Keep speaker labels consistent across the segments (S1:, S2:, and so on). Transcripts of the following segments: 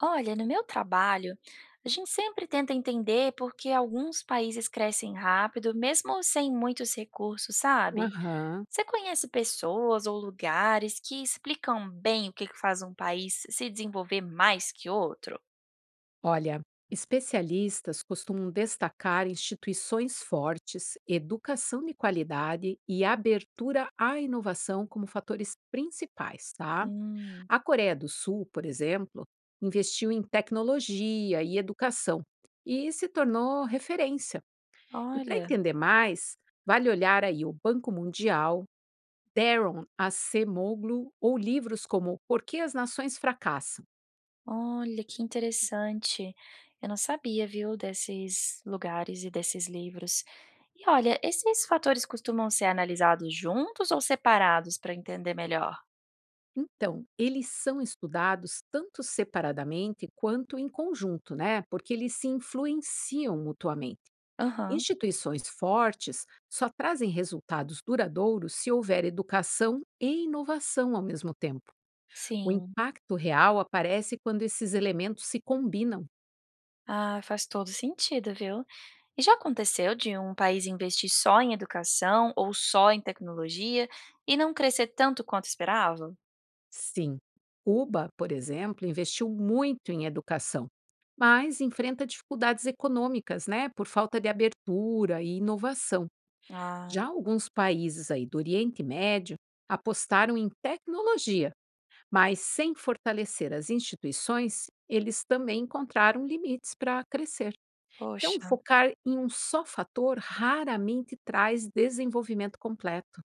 S1: Olha, no meu trabalho, a gente sempre tenta entender por que alguns países crescem rápido, mesmo sem muitos recursos, sabe?
S2: Aham.
S1: Você conhece pessoas ou lugares que explicam bem o que que faz um país se desenvolver mais que outro?
S2: Olha, especialistas costumam destacar instituições fortes, educação de qualidade e abertura à inovação como fatores principais, tá?
S1: Hum,
S2: A Coreia do Sul, por exemplo, investiu em tecnologia e educação e se tornou referência. E para
S1: olha,
S2: entender mais, vale olhar aí o Banco Mundial, Darren Acemoglu ou livros como Por que as Nações Fracassam?
S1: olha que interessante. Eu não sabia, viu, desses lugares e desses livros. E olha, esses fatores costumam ser analisados juntos ou separados para entender melhor?
S2: Então, eles são estudados tanto separadamente quanto em conjunto, né? Porque eles se influenciam mutuamente.
S1: Aham,
S2: Instituições fortes só trazem resultados duradouros se houver educação e inovação ao mesmo tempo. O
S1: sim.
S2: impacto real aparece quando esses elementos se combinam.
S1: Ah, faz todo sentido, viu? E já aconteceu de um país investir só em educação ou só em tecnologia e não crescer tanto quanto esperava?
S2: Sim, Cuba, por exemplo, investiu muito em educação, mas enfrenta dificuldades econômicas, né? Por falta de abertura e inovação.
S1: Ah,
S2: Já alguns países aí do Oriente Médio apostaram em tecnologia, mas sem fortalecer as instituições, eles também encontraram limites para crescer. Então,
S1: poxa.
S2: focar em um só fator raramente traz desenvolvimento completo.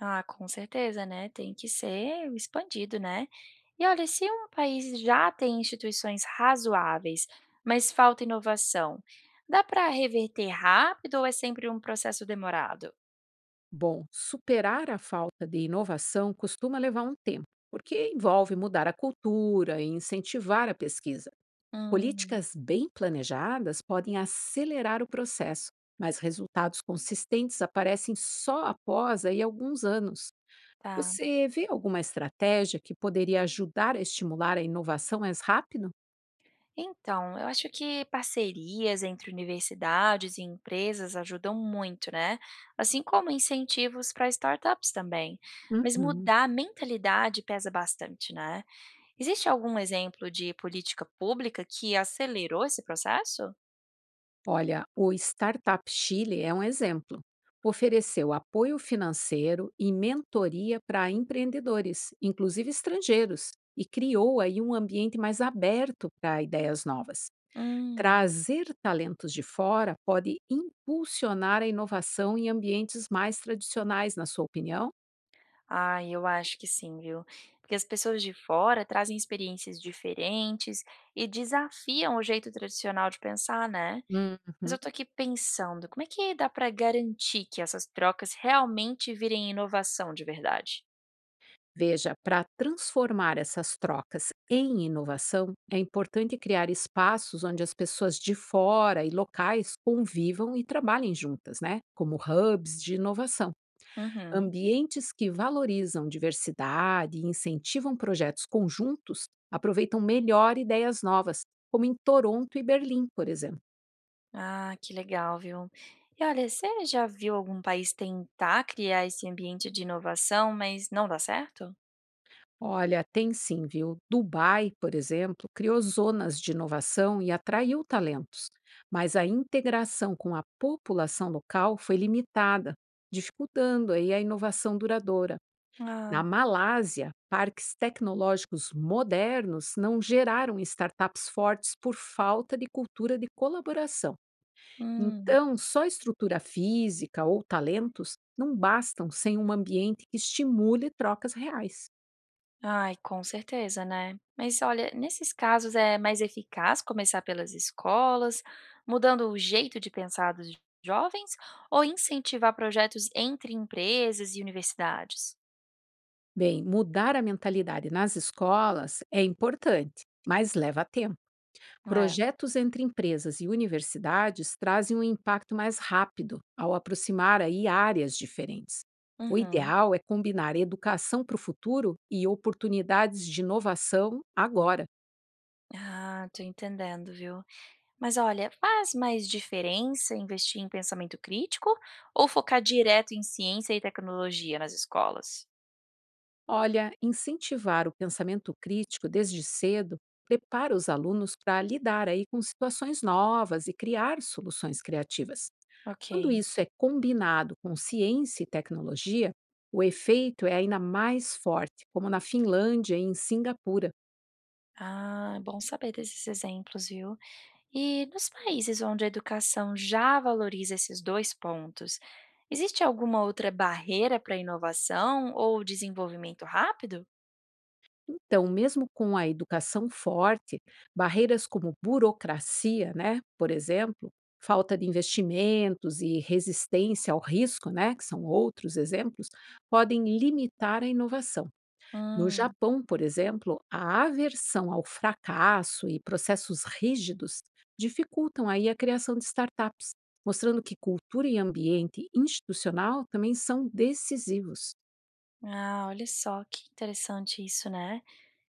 S1: Ah, com certeza, né? Tem que ser expandido, né? E olha, se um país já tem instituições razoáveis, mas falta inovação, dá para reverter rápido ou é sempre um processo demorado?
S2: Bom, superar a falta de inovação costuma levar um tempo, porque envolve mudar a cultura e incentivar a pesquisa.
S1: Hum,
S2: Políticas bem planejadas podem acelerar o processo, mas resultados consistentes aparecem só após aí alguns anos.
S1: tá.
S2: Você vê alguma estratégia que poderia ajudar a estimular a inovação mais rápido?
S1: Então, eu acho que parcerias entre universidades e empresas ajudam muito, né? Assim como incentivos para startups também. Mas
S2: Uhum.
S1: mudar a mentalidade pesa bastante, né? Existe algum exemplo de política pública que acelerou esse processo?
S2: Olha, o Startup Chile é um exemplo. Ofereceu apoio financeiro e mentoria para empreendedores, inclusive estrangeiros, e criou aí um ambiente mais aberto para ideias novas.
S1: Hum,
S2: Trazer talentos de fora pode impulsionar a inovação em ambientes mais tradicionais, na sua opinião?
S1: ah, eu acho que sim, viu? Porque as pessoas de fora trazem experiências diferentes e desafiam o jeito tradicional de pensar, né? Mas
S2: Uhum.
S1: eu tô aqui pensando, como é que dá pra garantir que essas trocas realmente virem inovação de verdade?
S2: Veja, para transformar essas trocas em inovação, é importante criar espaços onde as pessoas de fora e locais convivam e trabalhem juntas, né? Como hubs de inovação.
S1: Uhum.
S2: Ambientes que valorizam diversidade e incentivam projetos conjuntos aproveitam melhor ideias novas, como em Toronto e Berlim, por exemplo.
S1: Ah, que legal, viu? E olha, você já viu algum país tentar criar esse ambiente de inovação, mas não dá certo?
S2: Olha, tem sim, viu? Dubai, por exemplo, criou zonas de inovação e atraiu talentos, mas a integração com a população local foi limitada, dificultando aí a inovação duradoura. Na
S1: Ah,
S2: Malásia, parques tecnológicos modernos não geraram startups fortes por falta de cultura de colaboração.
S1: hum.
S2: Então, só estrutura física ou talentos não bastam sem um ambiente que estimule trocas reais.
S1: Ai, com certeza, né? Mas olha, nesses casos é mais eficaz começar pelas escolas, mudando o jeito de pensar dos jovens, ou incentivar projetos entre empresas e universidades?
S2: Bem, mudar a mentalidade nas escolas é importante, mas leva tempo.
S1: É.
S2: Projetos entre empresas e universidades trazem um impacto mais rápido ao aproximar aí áreas diferentes. O
S1: Uhum.
S2: ideal é combinar educação para o futuro e oportunidades de inovação agora.
S1: Ah, tô entendendo, viu. Mas olha, faz mais diferença investir em pensamento crítico ou focar direto em ciência e tecnologia nas escolas?
S2: Olha, incentivar o pensamento crítico desde cedo prepara os alunos para lidar aí com situações novas e criar soluções criativas.
S1: Ok.
S2: Quando isso é combinado com ciência e tecnologia, o efeito é ainda mais forte, como na Finlândia e em Singapura.
S1: Ah, é bom saber desses exemplos, viu? E nos países onde a educação já valoriza esses dois pontos, existe alguma outra barreira para inovação ou desenvolvimento rápido?
S2: Então, mesmo com a educação forte, barreiras como burocracia, né, por exemplo, falta de investimentos e resistência ao risco, né, que são outros exemplos, podem limitar a inovação. No
S1: Hum,
S2: Japão, por exemplo, a aversão ao fracasso e processos rígidos dificultam aí a criação de startups, mostrando que cultura e ambiente institucional também são decisivos.
S1: ah, olha só que interessante isso, né?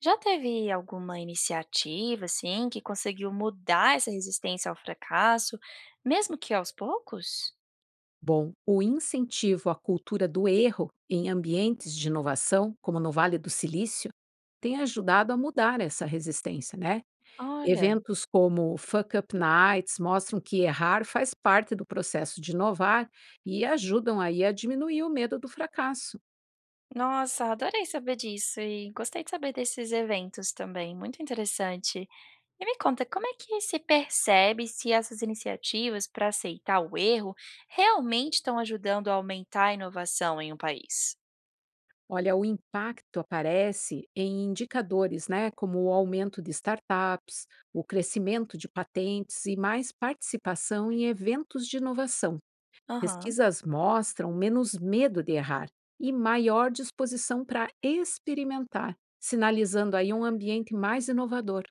S1: Já teve alguma iniciativa, assim, que conseguiu mudar essa resistência ao fracasso, mesmo que aos poucos?
S2: Bom, o incentivo à cultura do erro em ambientes de inovação, como no Vale do Silício, tem ajudado a mudar essa resistência, né?
S1: Olha,
S2: Eventos como Fuck Up Nights mostram que errar faz parte do processo de inovar e ajudam aí a diminuir o medo do fracasso.
S1: nossa, adorei saber disso e gostei de saber desses eventos também, muito interessante. E me conta, como é que se percebe se essas iniciativas para aceitar o erro realmente estão ajudando a aumentar a inovação em um país?
S2: Olha, o impacto aparece em indicadores, né, como o aumento de startups, o crescimento de patentes e mais participação em eventos de inovação.
S1: Aham.
S2: Pesquisas mostram menos medo de errar e maior disposição para experimentar, sinalizando aí um ambiente mais inovador.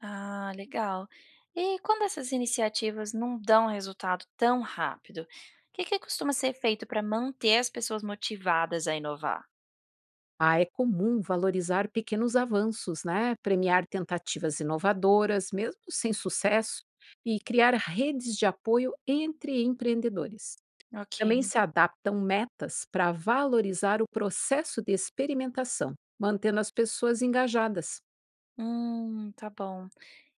S1: Ah, legal. E quando essas iniciativas não dão resultado tão rápido, o que que costuma ser feito para manter as pessoas motivadas a inovar?
S2: Ah, é comum valorizar pequenos avanços, né? Premiar tentativas inovadoras, mesmo sem sucesso, e criar redes de apoio entre empreendedores. Também
S1: Ok.
S2: se adaptam metas para valorizar o processo de experimentação, mantendo as pessoas engajadas.
S1: Tá bom.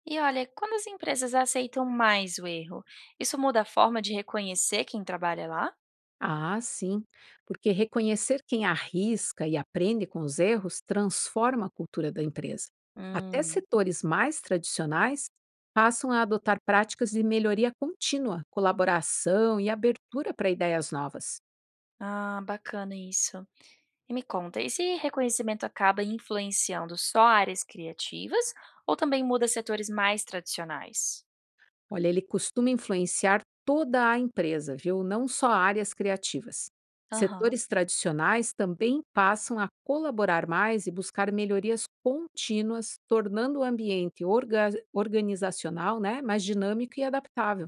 S1: E olha, quando as empresas aceitam mais o erro, isso muda a forma de reconhecer quem trabalha lá?
S2: Ah, sim, porque reconhecer quem arrisca e aprende com os erros transforma a cultura da empresa. Até
S1: Hum,
S2: setores mais tradicionais passam a adotar práticas de melhoria contínua, colaboração e abertura para ideias novas.
S1: ah, bacana isso. E me conta, esse reconhecimento acaba influenciando só áreas criativas ou também muda setores mais tradicionais?
S2: Olha, ele costuma influenciar toda a empresa, viu? Não só áreas criativas.
S1: Aham.
S2: Setores tradicionais também passam a colaborar mais e buscar melhorias contínuas, tornando o ambiente organizacional, né, mais dinâmico e adaptável.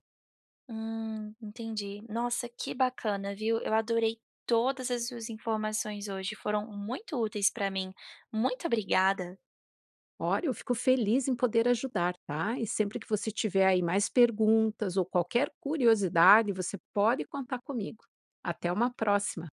S1: Entendi. Nossa, que bacana, viu? Eu adorei todas as suas informações hoje, foram muito úteis para mim. Muito obrigada.
S2: Olha, eu fico feliz em poder ajudar, tá? E sempre que você tiver aí mais perguntas ou qualquer curiosidade, você pode contar comigo. Até uma próxima!